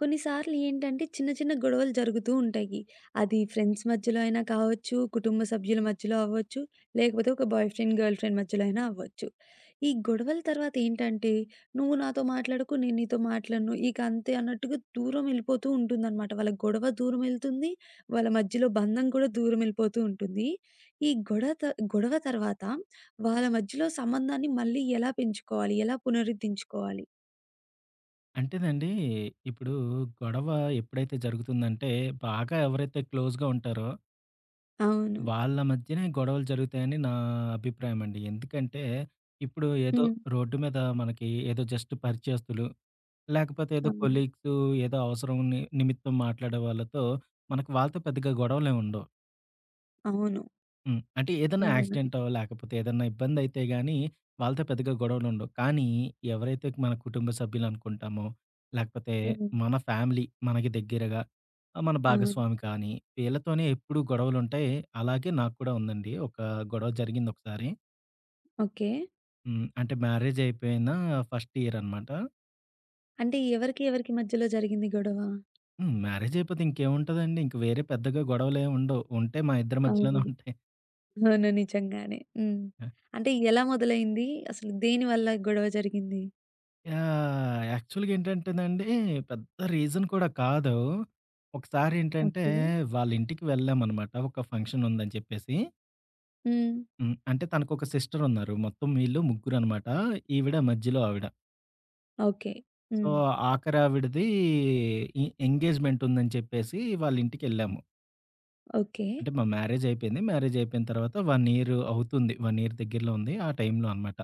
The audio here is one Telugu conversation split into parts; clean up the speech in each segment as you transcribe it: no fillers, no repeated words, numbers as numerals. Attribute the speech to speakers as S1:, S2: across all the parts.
S1: కొన్నిసార్లు ఏంటంటే చిన్న చిన్న గొడవలు జరుగుతూ ఉంటాయి. అది ఫ్రెండ్స్ మధ్యలో అయినా కావచ్చు, కుటుంబ సభ్యుల మధ్యలో అవ్వచ్చు, లేకపోతే ఒక బాయ్ ఫ్రెండ్, గర్ల్ ఫ్రెండ్ మధ్యలో అయినా అవ్వచ్చు. ఈ గొడవల తర్వాత ఏంటంటే, నువ్వు నాతో మాట్లాడకు, నేను నీతో మాట్లాడను. ఇక అంతే అన్నట్టుగా దూరం వెళ్ళిపోతూ ఉంటుందన్నమాట. వాళ్ళ గొడవ దూరం వెళ్తుంది. వాళ్ళ మధ్యలో బంధం కూడా దూరం వెళ్ళిపోతూ ఉంటుంది. ఈ గొడవ తర్వాత వాళ్ళ మధ్యలో సంబంధాన్ని మళ్ళీ ఎలా పెంచుకోవాలి? ఎలా పునరుద్ధరించుకోవాలి?
S2: అంటేనండి, ఇప్పుడు గొడవ ఎప్పుడైతే జరుగుతుందంటే, బాగా ఎవరైతే క్లోజ్‌గా ఉంటారో,
S1: అవును.
S2: వాళ్ళ మధ్యనే గొడవలు జరుగుతాయని నా అభిప్రాయం అండి. ఎందుకంటే, ఇప్పుడు ఏదో
S1: హ్మ్.
S2: రోడ్డు మీద మనకి ఏదో జస్ట్ పరిచయస్తులు, లేకపోతే ఏదో
S1: అవును.
S2: కొలీగ్స్ ఏదో అవసరం నిమిత్తం మాట్లాడే వాళ్ళతో, మనకు వాళ్ళతో పెద్దగా గొడవలేముండవు.
S1: అవును.
S2: హ్మ్. అంటే ఏదైనా
S1: నిజమే.
S2: యాక్సిడెంటో, లేకపోతే ఏదన్నా ఇబ్బందైతే గాని, వాళ్ళతో పెద్దగా గొడవలుండవు. కానీ ఎవరైతే మన కుటుంబ సభ్యులనుకుంటామో, లేకపోతే
S1: హ్మ్.
S2: మన ఫ్యామిలీ మనకి దగ్గరగా మన
S1: అవును.
S2: భాగస్వామి కానీ, వీళ్ళతోనే ఎప్పుడూ గొడవలుంటాయి. అలాగే నాకు కూడా ఉందండి. ఒక గొడవ జరిగిందొకసారి.
S1: ఓకే.
S2: హ్మ్. అంటే మ్యారేజయిపోయిన ఫస్ట్ ఇయరనమాట.
S1: అంటే ఎవరికి మధ్యలో జరిగింది గొడవ?
S2: హ్మ్. మ్యారేజయిపోతే ఇంకేముంటదండి? ఇంక వేరే పెద్దగా గొడవలేముండవు. ఉంటే మా ఇద్దరి
S1: అవును.
S2: మధ్యలోనే ఉంటాయి.
S1: అవును. నిజంగానే. హ్మ్. అంటే ఎలా మొదలైంది? అసలు దేని వల్ల గొడవ జరిగింది?
S2: యాహ్! యాక్చువల్‌గా ఏంటంటేనండి, పెద్ద రీజన్ కూడా కాదు. ఒకసారి ఏంటంటే,
S1: ఓకే.
S2: వాళ్ళ ఇంటికి వెళ్ళామనమాట. ఒక ఫంక్షన్ ఉందని చెప్పేసి.
S1: హ్మ్.
S2: హ్మ్. అంటే తనకొక సిస్టర్ ఉన్నారు. మొత్తం వీళ్ళు ముగ్గురనమాట. ఈవిడ మధ్యలో ఆవిడ.
S1: ఓకే.
S2: సో,
S1: హ్మ్.
S2: ఆఖరావిడది ఎంగేజ్‌మెంట్ ఉందని చెప్పేసి వాళ్ళ ఇంటికెళ్ళాము.
S1: ఓకే.
S2: అంటే మా మ్యారేజ్ అయిపోయింది. మ్యారేజ్ అయిపోయిన తర్వాత 1 ఇయర్ అవుతుంది. 1 ఇయర్ దగ్గరలో ఉంది. ఆ టైంలో అనమాట.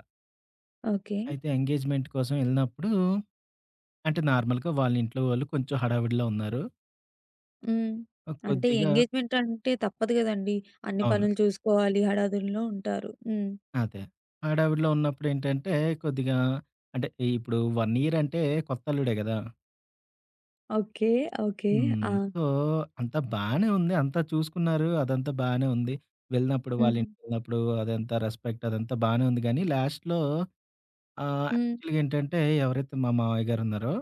S1: ఓకే.
S2: అయితే ఎంగేజ్‌మెంట్ కోసం ఎళ్ళినప్పుడు అంటే నార్మల్‌గా వాళ్ళ ఇంట్లో వాళ్ళు కొంచెం హడావిడిలో ఉన్నారు.
S1: హ్మ్.
S2: ఆ!
S1: అంటే
S2: కొద్దిగా
S1: ఎంగేజ్‌మెంట్ అంటే తప్పదు గదండీ! అన్ని
S2: అవును.
S1: పనులు చూసుకోవాలి. హడావిడిలో ఉంటారు. హ్మ్.
S2: అదే. హడావిడిలో ఉన్నప్పుడేంటంటే, కొద్దిగా అంటే ఇప్పుడు 1 ఇయర్ అంటే కొత్తల్లుడే గదా!
S1: ఓకే. ఓకే.
S2: హ్మ్.
S1: ఆ!
S2: సో, అంతా బానే ఉంది. అంతా చూసుకున్నారు. అదంతా బానే ఉంది. వెళ్ళినప్పుడు వాళ్ళ
S1: హ్మ్.
S2: ఇంటికెళ్ళినప్పుడు అదంతా రెస్పెక్ట్ అదంతా బానే ఉంది గానీ, లాస్ట్‌లో
S1: హ్మ్.
S2: యాక్చువల్‌గా ఏంటంటే ఎవరైతే మా మామయ్య గారున్నారో,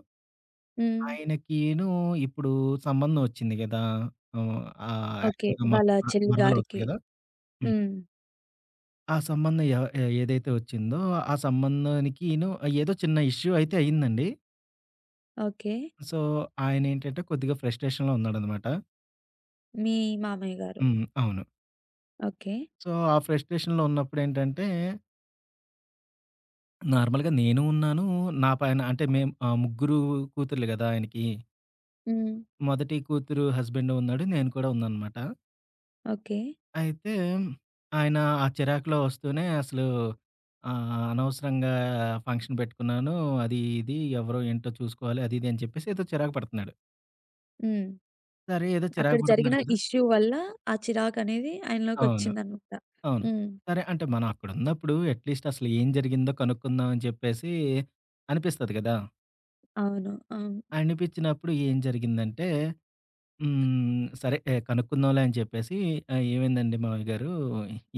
S1: హ్మ్.
S2: ఆయనకీను ఇప్పుడు సంబంధం ఒచ్చింది గదా!
S1: ఓకే.
S2: యాక్చువల్‌గా మా
S1: వాళ్ళ చెల్లి
S2: మరదలవుతది
S1: గారికి.
S2: గదా! హ్మ్.
S1: హ్మ్.
S2: ఆ సంబంధం ఎవ ఏ ఏదైతే వచ్చిందో, ఆ సంబంధానికిను ఏదో చిన్న ఇష్యూ అయితే అయిందండి.
S1: ఓకే.
S2: సో, ఆయనేంటంటే కొద్దిగా ఫ్రస్ట్రేషన్‌లో ఉన్నాడనమాట.
S1: మీ మామయ్య గారు.
S2: హ్మ్. అవును.
S1: ఓకే.
S2: సో, ఆ ఫ్రస్ట్రేషన్‌లో ఉన్నప్పుడేంటంటే, నార్మల్‌గా నేను ఉన్నాను. నా పైన అంటే మేము ముగ్గురు కూతుర్లు గదా ఆయనకి.
S1: హ్మ్.
S2: మొదటి కూతురు హస్బెండ్ ఉన్నాడు. నేను కూడా ఉన్నాననమాట.
S1: ఓకే.
S2: అయితే ఆయన ఆ చిరాకులో వస్తూనే అసలు అనవసరంగా ఫంక్షన్ పెట్టుకున్నాను. అది ఇది ఎవరో ఏంటో చూసుకోవాలి. అది ఇది అని చెప్పేసి ఏదో చిరాకు పడుతున్నాడు.
S1: హ్మ్.
S2: సరే ఏదో
S1: అక్కడ
S2: చిరాకు
S1: జరిగిన
S2: పడుతున్నాడు కదా!
S1: ఇష్యూ వల్ల ఆ చిరాకనేది
S2: అవును.
S1: ఆయనలోకొచ్చిందనమాట.
S2: అవును.
S1: హ్మ్.
S2: సరే అంటే మనం అక్కడున్నప్పుడు అట్‌లీస్ట్ అసలు ఏం జరిగిందో కనుక్కుందాం అని చెప్పేసి అనిపిస్తది కదా!
S1: అవును. అవును.
S2: అనిపించినప్పుడు ఏం జరిగిందంటే హ్మ్. సరే కనుక్కుందాంలే అని చెప్పేసి "ఏమైందండి మావయ్య గారు?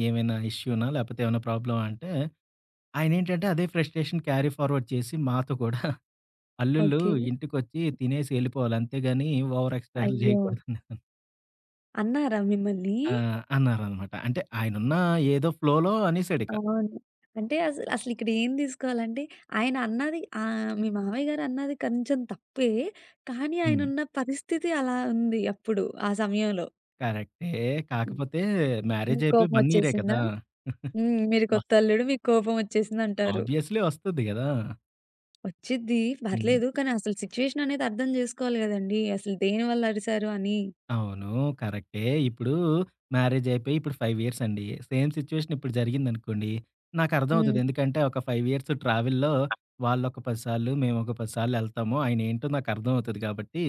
S2: ఏమైనా ఇష్యూనా? లేకపోతే ఏమైనా ప్రాబ్లమా?" అంటే ఆయనేంటంటే అదే ఫ్రస్ట్రేషన్ క్యారీ ఫార్వర్డ్ చేసి మాతో కూడా "అల్లుళ్ళు
S1: ఓకే.
S2: ఇంటికొచ్చి తినేసి ఎళ్ళిపోవాలి. అంతేగాని ఓవర్ ఎక్స్‌ట్రాలు
S1: అయ్యో!
S2: చేయకూడదు."
S1: అన్నారా మిమ్మల్ని?
S2: ఆ! అన్నారనమాట. అంటే ఆయనున్న ఏదో ఫ్లోలో అనేసాడిక.
S1: అవును. అంటే అసలు అసలిక్కడ ఏం తీసుకోవాలంటే ఆయన అన్నది మీ మావయ్య గారన్నది కొంచెం తప్పే. కానీ
S2: హ్మ్.
S1: ఆయనున్న పరిస్థితి అలా ఉంది అప్పుడు ఆ సమయంలో.
S2: కరెక్టే.
S1: హ్మ్.
S2: కాకపోతే
S1: మీకు
S2: మ్యారేజయిపోయి 1 ఇయరే
S1: కోపమొచ్చేసిందా?
S2: కదా!
S1: హ్మ్. మీరు
S2: వస్
S1: కొత్తల్లుడు మీకు కోపమొచ్చేసిందంటారు.
S2: ఆబ్వియస్లీ వస్తది గదా!
S1: వచ్చిద్ది.
S2: హ్మ్.
S1: పర్లేదు. కానీ అసలు సిట్యుయేషన్ అనేది అర్థం జేసుకోవాలి గదండీ. అసలు దేనివల్ల అరిసారు అని.
S2: అవును. కరెక్టే. ఇప్పుడు మ్యారేజయిపోయి ఇప్పుడు 5 ఇయర్స్ అండి. సేమ్ సిచ్యుయేషన్ ఇప్పుడు జరిగిందనుకోండి,
S1: హ్మ్.
S2: నాకర్థమవుతది. ఎందుకంటే ఒక 5 ఇయర్స్ ట్రావెల్‌లో వాళ్ళొక 10 సార్లు, మేమొక 10 సార్లెళ్తాము. ఆయనేంటో నాకర్థమవుతది కాబట్టి,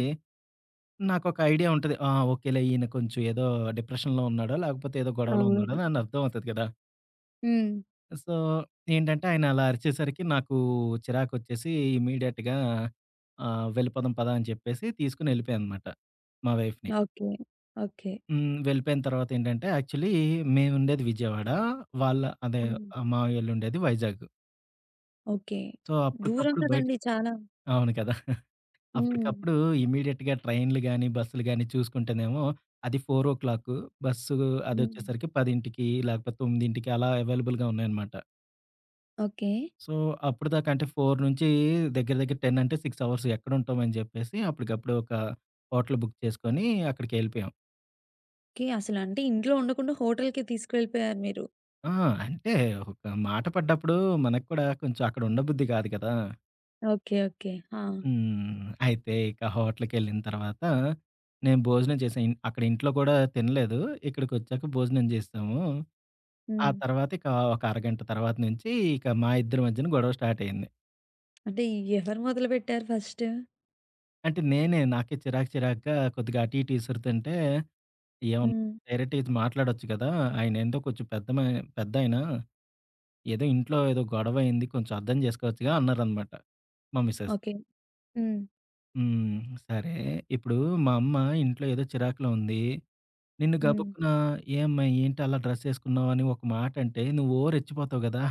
S2: నాకొక ఐడియా ఉంటది. ఆ! ఓకేలే ఈయన కొంచెం ఏదో డిప్రెషన్‌లో ఉన్నాడో, లేకపోతే ఏదో గొడవలో ఉన్నాడో
S1: అవును.
S2: అని అర్థమవుతది కదా!
S1: హ్మ్.
S2: సో, ఏంటంటే ఆయన అలా అరిచేసరికి నాకు చిరాకొచ్చేసి ఇమ్మీడియేట్‌గా వెళ్ళిపోదాం పదా అని చెప్పేసి తీసుకొని వెళ్ళిపోయాననమాట మా వైఫ్‌ని.
S1: ఓకే. ఓకే.
S2: హ్మ్. వెళ్ళిపోయిన తర్వాత ఏంటంటే యాక్చువల్లీ మేముండేది విజయవాడ. వాళ్ళ అదే
S1: హ్మ్.
S2: మావయ్యోళ్ళుండేది వైజాగ్.
S1: ఓకే.
S2: సో,
S1: దూరం
S2: అప్పటికప్పుడు
S1: కదండీ
S2: బయటికి
S1: చాలా.
S2: అవును కదా!
S1: హ్మ్.
S2: అప్పటికప్పుడు ఇమ్మీడియేట్‌గా ట్రైన్‌లు గాని, బస్సులు గాని చూసుకుంటేనేమో అది 4 బస్సు
S1: హ్మ్.
S2: అదొచ్చేసరికి 10కి లేకపోతే 9కి అలా అవైలబుల్‌గా ఉన్నాయన్నమాట.
S1: ఓకే.
S2: సో, అప్పటిదాకా అంటే 4 నుంచి దగ్గర దగ్గర 10 అంటే 6 అవర్స్ ఎక్కడుంటామని జెప్పేసి అప్పటికప్పుడు ఒక హోటల్ బుక్ చేసుకొని అక్కడికెళ్ళిపోయాం.
S1: ఓకే. అసలంటే ఇంట్లో ఉండకుండా హోటల్‌కి తీసుకెళ్ళిపోయారు మీరు.
S2: ఆ! అంటే ఒక మాట పడ్డప్పుడు మనకు కూడా కొంచెం అక్కడ ఉండబుద్ధి కాదు కదా!
S1: ఓకే. ఓకే. ఆ!
S2: హ్మ్. అయితే ఇక హోటల్‌కెళ్ళిన తర్వాత నేను భోజనం చేశా. అక్కడ ఇంట్లో కూడా తినలేదు. ఇక్కడికొచ్చాక భోజనం చేశాము. ఆ
S1: హ్మ్.
S2: తర్వాత ఇక ఒక అరగంట తర్వాత నుంచి ఇక మా ఇద్దరి మధ్యన గొడవ స్టార్ట్ అయింది.
S1: అంటే ఎవరు మొదలుపెట్టారు ఫస్ట్?
S2: అంటే నేనే నాకే చిరాకు చిరాకుగా కొద్దిగా అటు ఇటు ఇసురుతుంటే ఏమన్నా
S1: హ్మ్.
S2: డైరెక్ట్ ఇది మాట్లాడొచ్చు కదా! ఆయనేందో కొంచెం పెద్ద మా పెద్దాయన. ఏదో ఇంట్లో ఏదో గొడవయింది కొంచెం అర్థం జేసుకోవచ్చుగా అన్నారనమాట. మా మిసెస్.
S1: ఓకే. హ్మ్.
S2: హ్మ్. సరే ఇప్పుడు మా అమ్మ ఇంట్లో ఏదో చిరాకులో ఉంది. నిన్ను
S1: హ్మ్.
S2: గబుక్కున "ఏమ్మా ఏంటి అలా డ్రెస్ యేసుకున్నావు" అని ఒక మాటంటే నువ్వు "ఓ" రెచ్చిపోతావు గదా!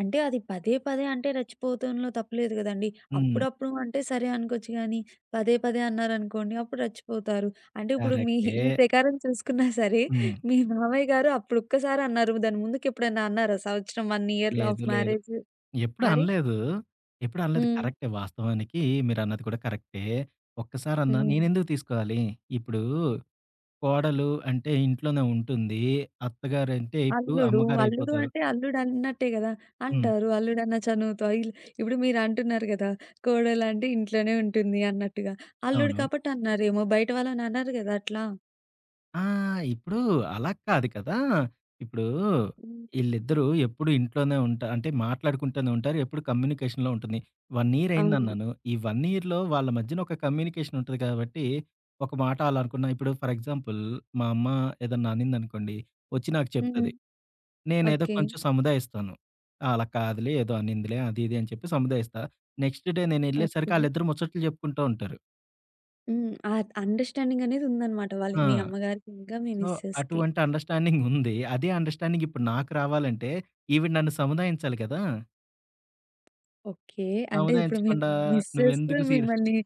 S1: అంటే అది పదే పదే అంటే రెచ్చిపోవటంలో తప్పులేదు గదండీ!
S2: హ్మ్.
S1: అప్పుడప్పుడు అంటే సరే అనుకోవచ్చు గానీ, పదే పదే అన్నారనుకోండి అప్పుడు రెచ్చిపోతారు. అంటే ఇప్పుడు మీ
S2: కరెక్టే.
S1: ఈ ప్రకారం చూసుకున్నా సరే,
S2: హ్మ్.
S1: మీ మామయ్య గారు అప్పుడు ఒక్కసారి అన్నారు. దాని ముందుకు ఎప్పుడన్నా అన్నారా? సంవత్సరం 1 ఇయర్‌లో ఆఫ్
S2: లేదు. లేదు.
S1: మ్యారేజ్
S2: ఎప్పుడు
S1: మరి?
S2: అనలేదు. ఎప్పుడు అనలేదు.
S1: హ్మ్.
S2: కరెక్టే వాస్తవానికి మీరన్నది కూడా కరెక్టే. ఒక్కసారన్నా
S1: హ్మ్.
S2: నేనెందుకు తీసుకోవాలి? ఇప్పుడు కోడలు అంటే ఇంట్లోనే ఉంటుంది. అత్తగారంటే ఇప్పుడు
S1: అల్లుడు. అల్లుడు
S2: అమ్మగారైపోతారు.
S1: అంటే అల్లుడు అన్నట్టే గదా!
S2: హ్మ్.
S1: అంటారు. అల్లుడన్న చనువుతో ఇప్పుడు మీరు అంటున్నారు గదా! కోడలంటే ఇంట్లోనే ఉంటుంది అన్నట్టుగా. అల్లుడు
S2: అవును.
S1: కాబట్టి అన్నారేమో! బయట వాళ్ళని అనరు గదా! అట్లా.
S2: ఆ! ఇప్పుడు అలా కాదు కదా! ఇప్పుడు ఈళ్ళిద్దరూ ఎప్పుడు ఇంట్లోనే ఉంటా అంటే మాట్లాడుకుంటూనే ఉంటారు. ఎప్పుడు కమ్యూనికేషన్‌లో ఉంటుంది. 1 ఇయర్
S1: అవును.
S2: అయిందన్నాను. ఈ 1 ఇయర్‌లో వాళ్ళ మధ్యన ఒక కమ్యూనికేషన్ ఉంటది కాబట్టి, ఒక మాట అలా అనుకున్నా ఇప్పుడు ఫర్ ఎగ్జాంపుల్ మా అమ్మ ఏదన్నా అనిందనుకోండి, వచ్చి నాకు
S1: హ్మ్.
S2: చెప్తది. నేనేదో
S1: ఓకే.
S2: కొంచెం సముదాయిస్తాను. "ఆ, అలా కాదులే, ఏదో అనిందిలే" అది ఇది అని చెప్పి సముదాయిస్తా. Next day
S1: okay.
S2: నేనెళ్ళేసరికి ఆళ్ళిద్దరూ ముచ్చట్లు చెప్పుకుంటూ ఉంటారు.
S1: హ్మ్. ఆ అండర్‌స్టాండింగ్ అనేది ఉందన్నమాట వాళ్ళి మీ
S2: ఆ!
S1: అమ్మగారికి ఇంకా మీ
S2: సో,
S1: మిసెస్‌కి.
S2: అటువంటి అండర్‌స్టాండింగ్ ఉంది. అదే అండర్‌స్టాండింగ్ ఇప్పుడు నాకు రావాలంటే ఈవిడ నన్ను సముదాయించాలి కదా!
S1: ఓకే. అంటే ఇప్పుడు మీ
S2: సముదాయించకుండా
S1: మిసెస్
S2: "నువ్వెందుకు సీరియస్."
S1: మిమ్మల్ని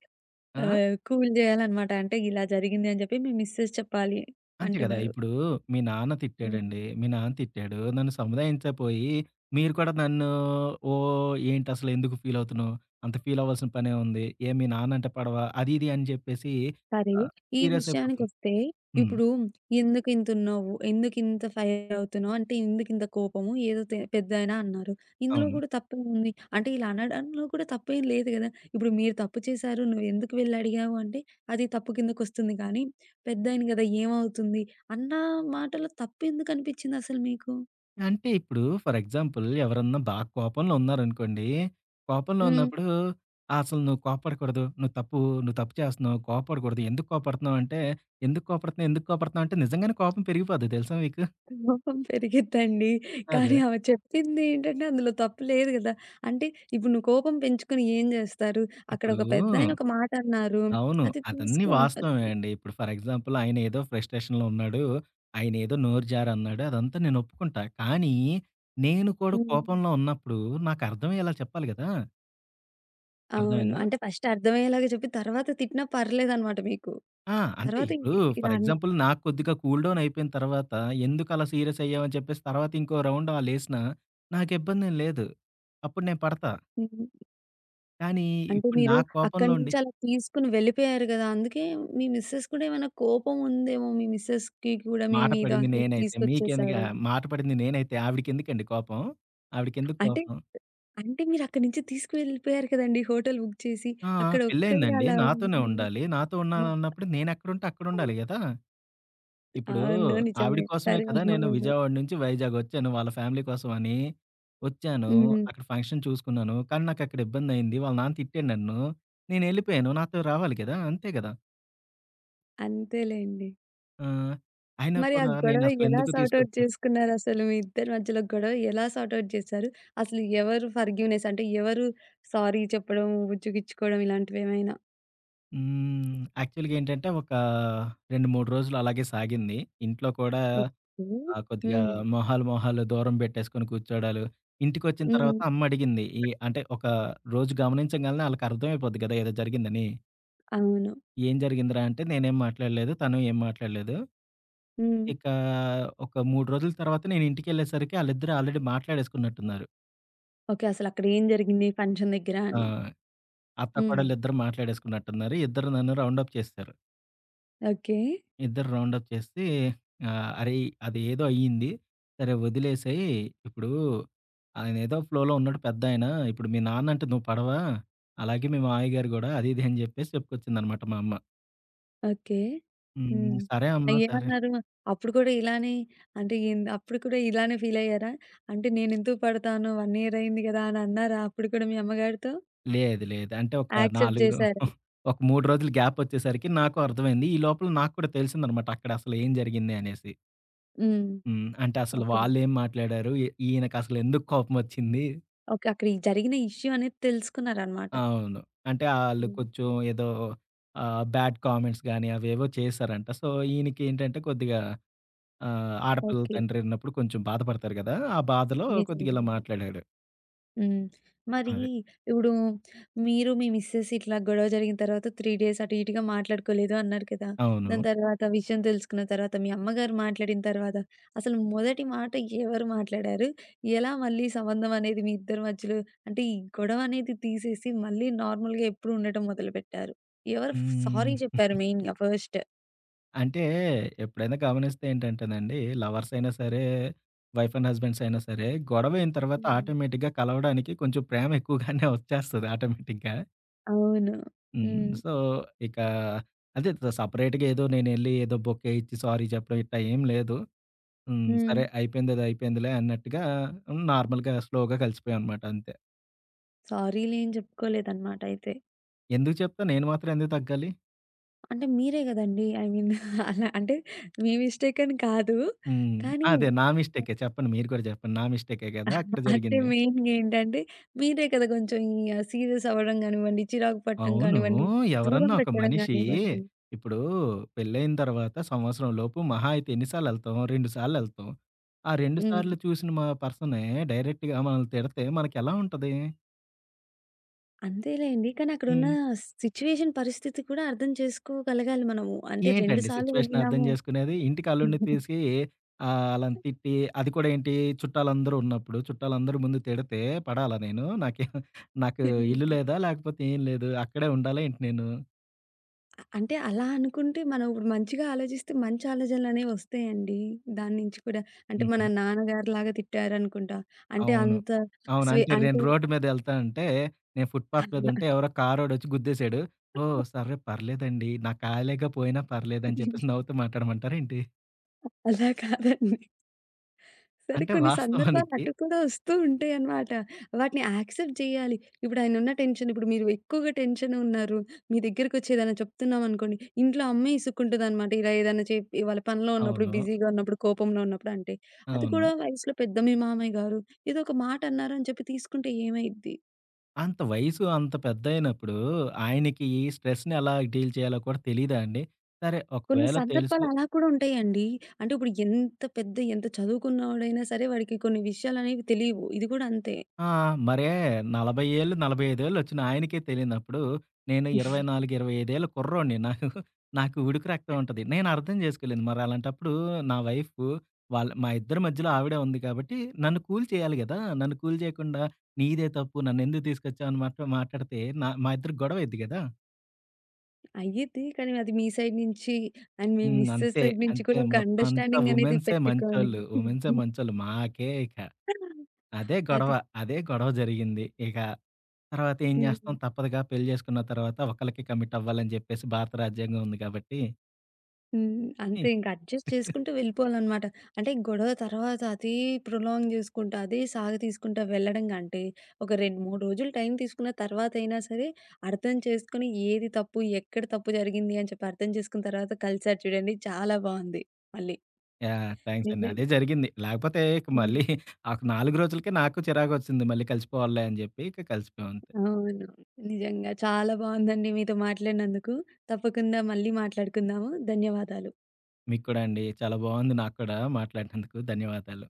S2: ఆ?
S1: కూల్ చేయాలన్నమాట. అంటే ఇలా జరిగింది అని చెప్పి మీ మిసెస్ చెప్పాలి
S2: అంతే గదా!
S1: అంటున్నారు.
S2: ఇప్పుడు మీ నాన్న తిట్టాడండి.
S1: హ్మ్.
S2: మీ నాన్న తిట్టాడు. నన్ను సముదాయించపోయి మీరు కూడా నన్ను ఓహ్! ఏంటసలు ఎందుకు ఫీలవుతున్నావు? అంత ఫీలవ్వాల్సిన పనేముంది? ఏ మీ నాన్న అంటే పడవా? అది ఇది అని చెప్పేసి
S1: సరే.
S2: ఆహ్,
S1: ఈ
S2: సీరియస్ అయిపోతుంది.
S1: విషయానికొస్తే
S2: హ్మ్.
S1: ఇప్పుడు ఎందుకింతున్నావు? ఎందుకింత ఫైర్ అవుతున్నావు? అంటే ఎందుకింత కోపము? ఏదో పెద్దాయన అన్నారు. ఇందులో
S2: అవును.
S1: కూడా తప్పేముంది? అంటే ఇలా అనడంలో కూడా తప్పేం లేదు గదా! ఇప్పుడు మీరు తప్పు చేశారు. నువ్వెందుకు వెళ్లి అడిగావు అంటే అది తప్పు కిందకొస్తుంది కానీ, పెద్దాయన గదా! ఏమవుతుంది? అన్న మాటలో తప్పెందుకనిపిచ్చిందసలు మీకు?
S2: అంటే ఇప్పుడు ఫర్ ఎగ్జాంపుల్ ఎవరన్నా బాగా కోపంలో ఉన్నారనుకోండి. కోపంలో
S1: హ్మ్.
S2: ఉన్నప్పుడు "ఆ, అసలు నువ్వు కోప్పడకూడదు. నువ్వు తప్పు, నువ్వు తప్పు చేస్తున్నావు. కోప్పడకూడదు. ఎందుకు కోప్పడుతున్నావు అంటే, ఎందుకు కోప్పడుతున్నావు? ఎందుకు కోప్పడుతున్నావు?" అంటే నిజంగానే కోపం పెరిగిపోద్ది తెలుసా మీకు?
S1: కోపం పెరిగిద్దండి.
S2: అదే.
S1: కానీ ఆమె చెప్పింది ఏంటంటే అందులో తప్పు లేదు గదా! అంటే ఇప్పుడు నువ్వు కోపం పెంచుకొని ఏం జేస్తారు? అక్కడ
S2: ఇప్పుడు
S1: ఒక పెద్దాయన ఒక మాట అన్నారు.
S2: అవును.
S1: అది
S2: అదన్నీ
S1: తీసుకో అంటారు.
S2: వాస్తవమే అండి. ఇప్పుడు ఫర్ ఎగ్జాంపుల్ ఆయన ఏదో ఫ్రస్ట్రేషన్‌లో ఉన్నాడు. ఆయన ఏదో నోరు జారన్నాడు. అదంతా నేను ఒప్పుకుంటా. కానీ నేను కూడా
S1: హ్మ్.
S2: కోపంలో ఉన్నప్పుడు నాకు అర్థమయ్యేలా చెప్పాలి గదా!
S1: అవును.
S2: అర్థమైందా?
S1: అంటే ఫస్ట్ అర్థమయ్యేలాగా చెప్పి తర్వాత తిట్టినా పర్లేదనమాట మీకు.
S2: ఆ! అంటే
S1: తర్వాత
S2: ఇప్పుడు
S1: ఇలా
S2: ఫర్
S1: అన్నా.
S2: ఎగ్జాంపుల్ నాకు కొద్దిగా కూల్ డౌన్ అయిపోయిన తర్వాత ఎందుకు అలా సీరియస్ అయ్యావని చెప్పేసి తర్వాత ఇంకో రౌండ్ ఆళ్ళేసినా నాకు ఇబ్బందేం లేదు. అప్పుడు నేను పడతా.
S1: హ్మ్.
S2: కానీ
S1: అంటే
S2: ఇప్పుడు
S1: మీరు
S2: నా
S1: అక్కడి
S2: కోపంలో
S1: నుంచి
S2: ఉండి
S1: అలా తీసుకొని వెళ్ళిపోయారు గదా! అందుకే మీ మిసెస్ కూడా ఏమైనా కోపం ఉందేమో మీ మిసెస్‌కి కూడా మీ
S2: మాట
S1: మీద
S2: పడింది
S1: ఇలా
S2: నేనైతే మీకెందుకు
S1: తీసుకొచ్చేసారు అని.
S2: మాట పడింది నేనైతే ఆవిడకెందుకండి కోపం? ఆవిడకెందుకు
S1: అంటే
S2: కోపం?
S1: అంటే మీరక్కడి నుంచి తీసుకువెళ్ళిపోయారు కదండీ హోటల్ బుక్ చేసి.
S2: ఆ! ఆ!
S1: అక్కడ ఒక్కడే
S2: పెళ్లయిందండి.
S1: అలా
S2: నాతోనే
S1: ఉంది.
S2: ఉండాలి. నాతో ఉన్నానన్నప్పుడు నేనెక్కడుంటే అక్కడుండాలి గదా! ఇప్పుడు
S1: అవును.
S2: ఆవిడ
S1: నిజమే.
S2: కోసమే
S1: సరే.
S2: కదా! నేను
S1: అవును.
S2: విజయవాడ నుంచి వైజాగొచ్చాను. వాళ్ళ ఫ్యామిలీ కోసమని. వచ్చాను.
S1: హ్మ్.
S2: అక్కడ ఫంక్షన్ చూసుకున్నాను. కానీ నాకక్కడ ఇబ్బందయింది. వాళ్ళ నాన్న తిట్టాడు నన్ను. నేనెళ్ళిపోయాను. నాతో రావాలి గదా! అంతే గదా!
S1: అంతేలెండి.
S2: ఆ! అయినా
S1: మరి ఆ
S2: కూడా
S1: గొడవ ఎలా
S2: నేనసలెందుకు
S1: సార్ట్ ఔట్
S2: తీసుకొచ్చా
S1: చేసుకున్నారసలు? మీ ఇద్దరి మధ్యలో గొడవ ఎలా సార్ట్ ఔట్ చేశారు? అసలు ఎవరు ఫర్‌గివ్‌నెస్ అంటే ఎవరు సారీ చెప్పడం, బుజ్జగిచ్చుకోవడం ఇలాంటివేమైనా?
S2: హ్మ్. యాక్చువల్‌గా ఏంటంటే, ఒక 2, 3 రోజులు అలాగే సాగింది. ఇంట్లో కూడా
S1: ఓకే.
S2: ఆ! కొద్దిగా
S1: హ్మ్.
S2: మొహాలు మొహాలు దూరం పెట్టేసుకొని కూర్చోడాలు. ఇంటికొచ్చిన హ్మ్.
S1: హ్మ్.
S2: తర్వాత అమ్మ అడిగింది. ఈ అంటే ఒక రోజు గమనించంగాల్నే ఆళ్ళకి అర్థమైపోద్ది కదా! ఏదో జరిగిందని.
S1: అవును.
S2: "ఏం జరిగిందిరా?" అంటే నేనేం మాట్లాడలేదు. తను ఏం మాట్లాడలేదు.
S1: హ్మ్.
S2: ఇక ఒక 3 రోజుల తర్వాత నేను ఇంటికెళ్ళేసరికి ఆళ్ళిద్దరూ ఆల్రెడీ మాట్లాడేసుకున్నట్టున్నారు.
S1: ఓకే. అసలక్కడ ఏం జరిగింది ఫంక్షన్ దగ్గర
S2: ఆ!
S1: అని?
S2: అత్త,
S1: హ్మ్.
S2: కోడలిద్దరూ మాట్లాడేసుకున్నట్టున్నారు. ఇద్దరు నన్ను రౌండప్ చేసేసారు.
S1: ఓకే.
S2: ఇద్దరు రౌండప్ చేసి అరేయ్! అదేదో అయ్యింది. సరే వదిలేసేయి. ఇప్పుడు ఆయనేదో ఫ్లోలో ఉన్నాడు పెద్దాయన. ఇప్పుడు మీ నాన్నంటే నువ్వు పడవా? అలాగే మీ మామయ్య గారు గూడా అది ఇది అని జెప్పేసి చెప్పుకొచ్చిందనమాట మా అమ్మ.
S1: ఓకే. హ్మ్.
S2: హ్మ్. సరే
S1: ఆ!
S2: అమ్మ సరే.
S1: ఏమన్నారు? అప్పుడు కూడా ఇలానే అంటే ఏంది అప్పుడు కూడా ఇలానే ఫీలయ్యారా? అంటే నేనెందుకు పడతాను 1 ఇయర్ అయింది గదా! అని అన్నారా అప్పుడు కూడా మీ అమ్మగారితో?
S2: లేదు లేదు. అంటే ఒక
S1: యాక్సెప్ట్
S2: 4 రో
S1: చేశారు.
S2: ఒక 3 రోజులు గ్యాపొచ్చేసరికి నాకు అర్థమైంది. ఈ లోపల నాకు కూడా తెలిసిందనమాట అక్కడ అసలు ఏం జరిగింది అనేసి.
S1: హ్మ్.
S2: హ్మ్. అంటే అసలు
S1: ఓకే.
S2: వాళ్ళేం మాట్లాడారు? ఈయనకసలెందుకు కోపమొచ్చింది?
S1: ఓకే. అక్కడ ఈ జరిగిన ఇష్యూ అనేది తెలుసుకున్నారనమాట.
S2: అవును. అంటే ఆళ్ళు
S1: హ్మ్.
S2: కొంచెం ఏదో బ్యాడ్ కామెంట్స్ గాని అవేవో చేశారంట. సో, ఈయనకేంటంటే కొద్దిగా ఆడపిల్లల
S1: ఓకే.
S2: తండ్రన్నప్పుడు కొంచెం బాధపడతారు గదా! ఆ బాధలో కొద్దిగా
S1: నిజంగా.
S2: ఇలా మాట్లాడాడు.
S1: హ్మ్. మరి
S2: అదే.
S1: ఇప్పుడు మీరు, మీ మిసెస్ ఇట్లా గొడవ జరిగిన తర్వాత 3 డేస్ అటు ఇటుగా మాట్లాడుకోలేదు అన్నారు కదా! దాని
S2: అవును.
S1: తర్వాత విషయం తెలుసుకున్న తర్వాత మీ అమ్మగారు మాట్లాడిన తర్వాత అసలు మొదటి మాట ఎవరు మాట్లాడారు? ఎలా మళ్ళీ సంబంధం అనేది మీ ఇద్దరి మధ్యలో అంటే ఈ గొడవ అనేది తీసేసి మళ్ళీ నార్మల్‌గా ఎప్పుడు ఉండటం మొదలుపెట్టారు? ఎవరు సారీ
S2: హ్మ్.
S1: చెప్పారు మెయిన్‌గా ఫస్ట్?
S2: అంటే ఎప్పుడైనా గమనిస్తే ఏంటంటేనండి లవర్స్ అయినా సరే, వైఫ్ అండ్ హస్బెండ్స్ అయినా సరే గొడవయిన తర్వాత
S1: హ్మ్.
S2: ఆటోమేటిక్‌గా కలవడానికి కొంచెం ప్రేమ ఎక్కువగానే వచ్చేస్తది ఆటోమేటిక్‌గా.
S1: అవును.
S2: హ్మ్.
S1: హ్మ్.
S2: సో, ఇక అదే సెపరేట్‌గా ఏదో నేనెళ్లి ఏదో బొకే ఇచ్చి సారీ చెప్పడం ఇట్టా ఏం లేదు. హ్మ్.
S1: హ్మ్.
S2: సరే అయిపోయిందేదో అయిపోయిందిలే అన్నట్టుగా హ్మ్. నార్మల్‌గా స్లోగా కలిసిపోయామనమాట అంతే.
S1: సారీలేం చెప్పుకోలేదన్నమాట అయితే.
S2: ఎందుకు చెప్తా నేను మాత్రం ఎందుకు తగ్గాలి?
S1: అంటే మీరే గదండీ! ఐ మీన్ అలా అంటే మీ మిస్టేక్ అని కాదు.
S2: హ్మ్.
S1: కానీ
S2: అదే నా మిస్టేకే చెప్పండి మీరు కూడా చెప్పండి. నా మిస్టేకే గదా! అక్కడ
S1: అంటే
S2: జరిగింది.
S1: మెయిన్‌గా ఏంటంటే మీరే కదా! కొంచెం ఈ సీరియస్ అవ్వడం గానివ్వండి, చిరాకు పట్టడం
S2: అవును.
S1: కానివ్వండి, దూరం
S2: ఎవరన్నా ఒక
S1: పెట్టడం
S2: మనిషి
S1: గానివ్వండి.
S2: ఇప్పుడు పెళ్లయిన తర్వాత సంవత్సరం లోపు మహా అయితే ఎన్ని సార్లెళ్తాం? 2 సార్లెళ్తాం. ఆ 2
S1: హ్మ్.
S2: సార్లు చూసిన మా పర్సనే డైరెక్ట్‌గా మనల్ని తిడితే మనకెలా ఉంటది?
S1: అంతేలేండి. కానీ అక్కడున్న
S2: హ్మ్.
S1: సిట్యుయేషన్ పరిస్థితి కూడా అర్థం చేసుకోగలగాలి మనము. అంటే 2
S2: ఏంటండి
S1: సార్లు
S2: సిచ్యువేషన్ అర్థం
S1: వెళ్ళినాము.
S2: చేసుకునేది? ఇంటికి అల్లుడిని తీసి అలాని తిట్టి అది కూడా ఏంటి చుట్టాలందరూ ఉన్నప్పుడు, చుట్టాలందరూ ముందు తిడితే పడాలా నేను? నాకు ఇల్లు లేదా? లేకపోతే ఏం లేదు. అక్కడే ఉండాలా ఏంటి నేను?
S1: అంటే అలా అనుకుంటే మనం ఇప్పుడు మంచిగా ఆలోచిస్తే మంచి ఆలోచనలనేవి వస్తాయండి. దాని నుంచి కూడా. అంటే మన
S2: హుహు.
S1: నాన్నగారిలాగా తిట్టారనుకుంటా. అంటే
S2: అవును.
S1: అంత
S2: అవును. అంటే నేను
S1: అంటే
S2: రోడ్డు మీద ఎళ్తా ఉంటే, నేను ఫుట్‌పాత్ మీద ఉంటే ఎవరో కారోడొచ్చి గుద్దేసాడు. ఓహ్! సరే పర్లేదండి. నా కాలేగా పోయినా పర్లేదని చెప్పేసి నవ్వుతూ మాట్లాడమంటారేంటి?
S1: అలా కాదండి. సరే
S2: అంటే
S1: కొన్ని సందర్భాలు
S2: వాస్తవానికి
S1: అటు కూడా వస్తూ ఉంటాయన్నమాట. వాటిని యాక్సెప్ట్ చేయాలి. ఇప్పుడు ఆయనున్న టెన్షన్ ఇప్పుడు మీరు ఎక్కువగా టెన్షన్ ఉన్నారు. మీ దగ్గరికొచ్చి ఏదైనా చెప్తున్నామనుకోండి, ఇంట్లో అమ్మే ఇసుక్కుంటదనమాట. ఇలా ఏదైనా చెప్పి వాళ్ళ పనిలో ఉన్నప్పుడు,
S2: అవును.
S1: బిజీగా ఉన్నప్పుడు, కోపంలో ఉన్నప్పుడు అంటే. అది
S2: అవును.
S1: కూడా వయసులో పెద్ద మీ మామయ్య గారు ఏదో ఒక మాట అన్నారు అని చెప్పి తీసుకుంటే ఏమైద్ది?
S2: అంత వయసు అంత పెద్దయినప్పుడు ఆయనకి ఈ స్ట్రెస్‌ని ఎలా డీల్ చేయాలో కూడా తెలీదా అండి? సరే
S1: కొన్ని
S2: ఒకవేళ
S1: సందర్భాలు
S2: తెలుసు
S1: అలా కూడా ఉంటాయండి. అంటే ఇప్పుడు ఎంత పెద్ద ఎంత చదువుకున్నోడైనా సరే వాడికి కొన్ని విషయాలనేవి తెలియవు. ఇది కూడా అంతే.
S2: ఆ! మరే 40 ఏళ్ళు, 45 ఏళ్ళొచ్చిన ఆయనకే తెలియనప్పుడు నేను 24, 25 ఏళ్ళ కుర్రోడిని. నాకు నాకు ఉడుకు రక్తం ఉంటది. నేను అర్థం చేసుకోలేను. మరి అలాంటప్పుడు నా వైఫు మా ఇద్దరి మధ్యలో ఆవిడే ఉంది కాబట్టి నన్ను కూల్ చేయాలి గదా! నన్ను కూల్ చేయకుండా నీదే తప్పు నన్నెందుకు తీసుకొచ్చావు అని మాట్లాడితే మా ఇద్దరికి గొడవయిద్ది గదా!
S1: అయ్యిద్ది. కానీ అది మీ సైడ్ నుంచి అండ్ మీ
S2: హ్మ్.
S1: మిసెస్
S2: అంతే.
S1: సైడ్ నుంచి
S2: అంతే.
S1: కూడా ఒక
S2: మొత్తం అంతా
S1: అండర్‌స్టాండింగ్ అనేది
S2: వుమెన్సే
S1: పెట్టుకొని
S2: మంచోళ్ళు. వుమెన్సే మంచోళ్ళు. మాకే ఇక అదే గొడవ.
S1: అది
S2: అదే గొడవ జరిగింది. ఇక తర్వాత ఏం
S1: హ్మ్.
S2: చేస్తాం తప్పదుగా పెళ్లి చేసుకున్న తర్వాత ఒకళ్ళకి కమిట్ అవ్వాలని చెప్పేసి భారత రాజ్యాంగం ఉంది కాబట్టి
S1: హ్మ్. అంతే ఇంక అడ్జస్ట్ చేసుకుంటూ వెళ్ళిపోవాలనమాట. అంటే గొడవ తర్వాత అదే ప్రొలాంగ్ చేసుకుంటా, అదే సాగ తీసుకుంటా వెళ్ళడం కంటే, ఒక 2, 3 రోజులు టైం తీసుకున్న తర్వాతైనా సరే అర్థం చేసుకొని ఏది తప్పు, ఎక్కడ తప్పు జరిగింది అని చెప్పి అర్థం చేసుకున్న తర్వాత కలిసారు చూడండి చాలా బావుంది మళ్ళీ.
S2: యాహ్! థాంక్స్ అండి.
S1: నిజంగా.
S2: అదే జరిగింది. లేకపోతే ఇక
S1: హ్మ్.
S2: మళ్ళీ ఒక 4 రోజులకే నాకు చిరాకొచ్చింది. మళ్ళీ కలిసిపోవాలిలే అని చెప్పి ఇక కలిసిపోయాం అంతే.
S1: అవును. నిజంగా చాలా బావుందండి మీతో మాట్లాడినందుకు. తప్పకుండా మళ్ళీ మాట్లాడుకుందాము. ధన్యవాదాలు.
S2: మీకు కూడా అండి. చాలా బాగుంది నాకు కూడా మాట్లాడినందుకు. ధన్యవాదాలు.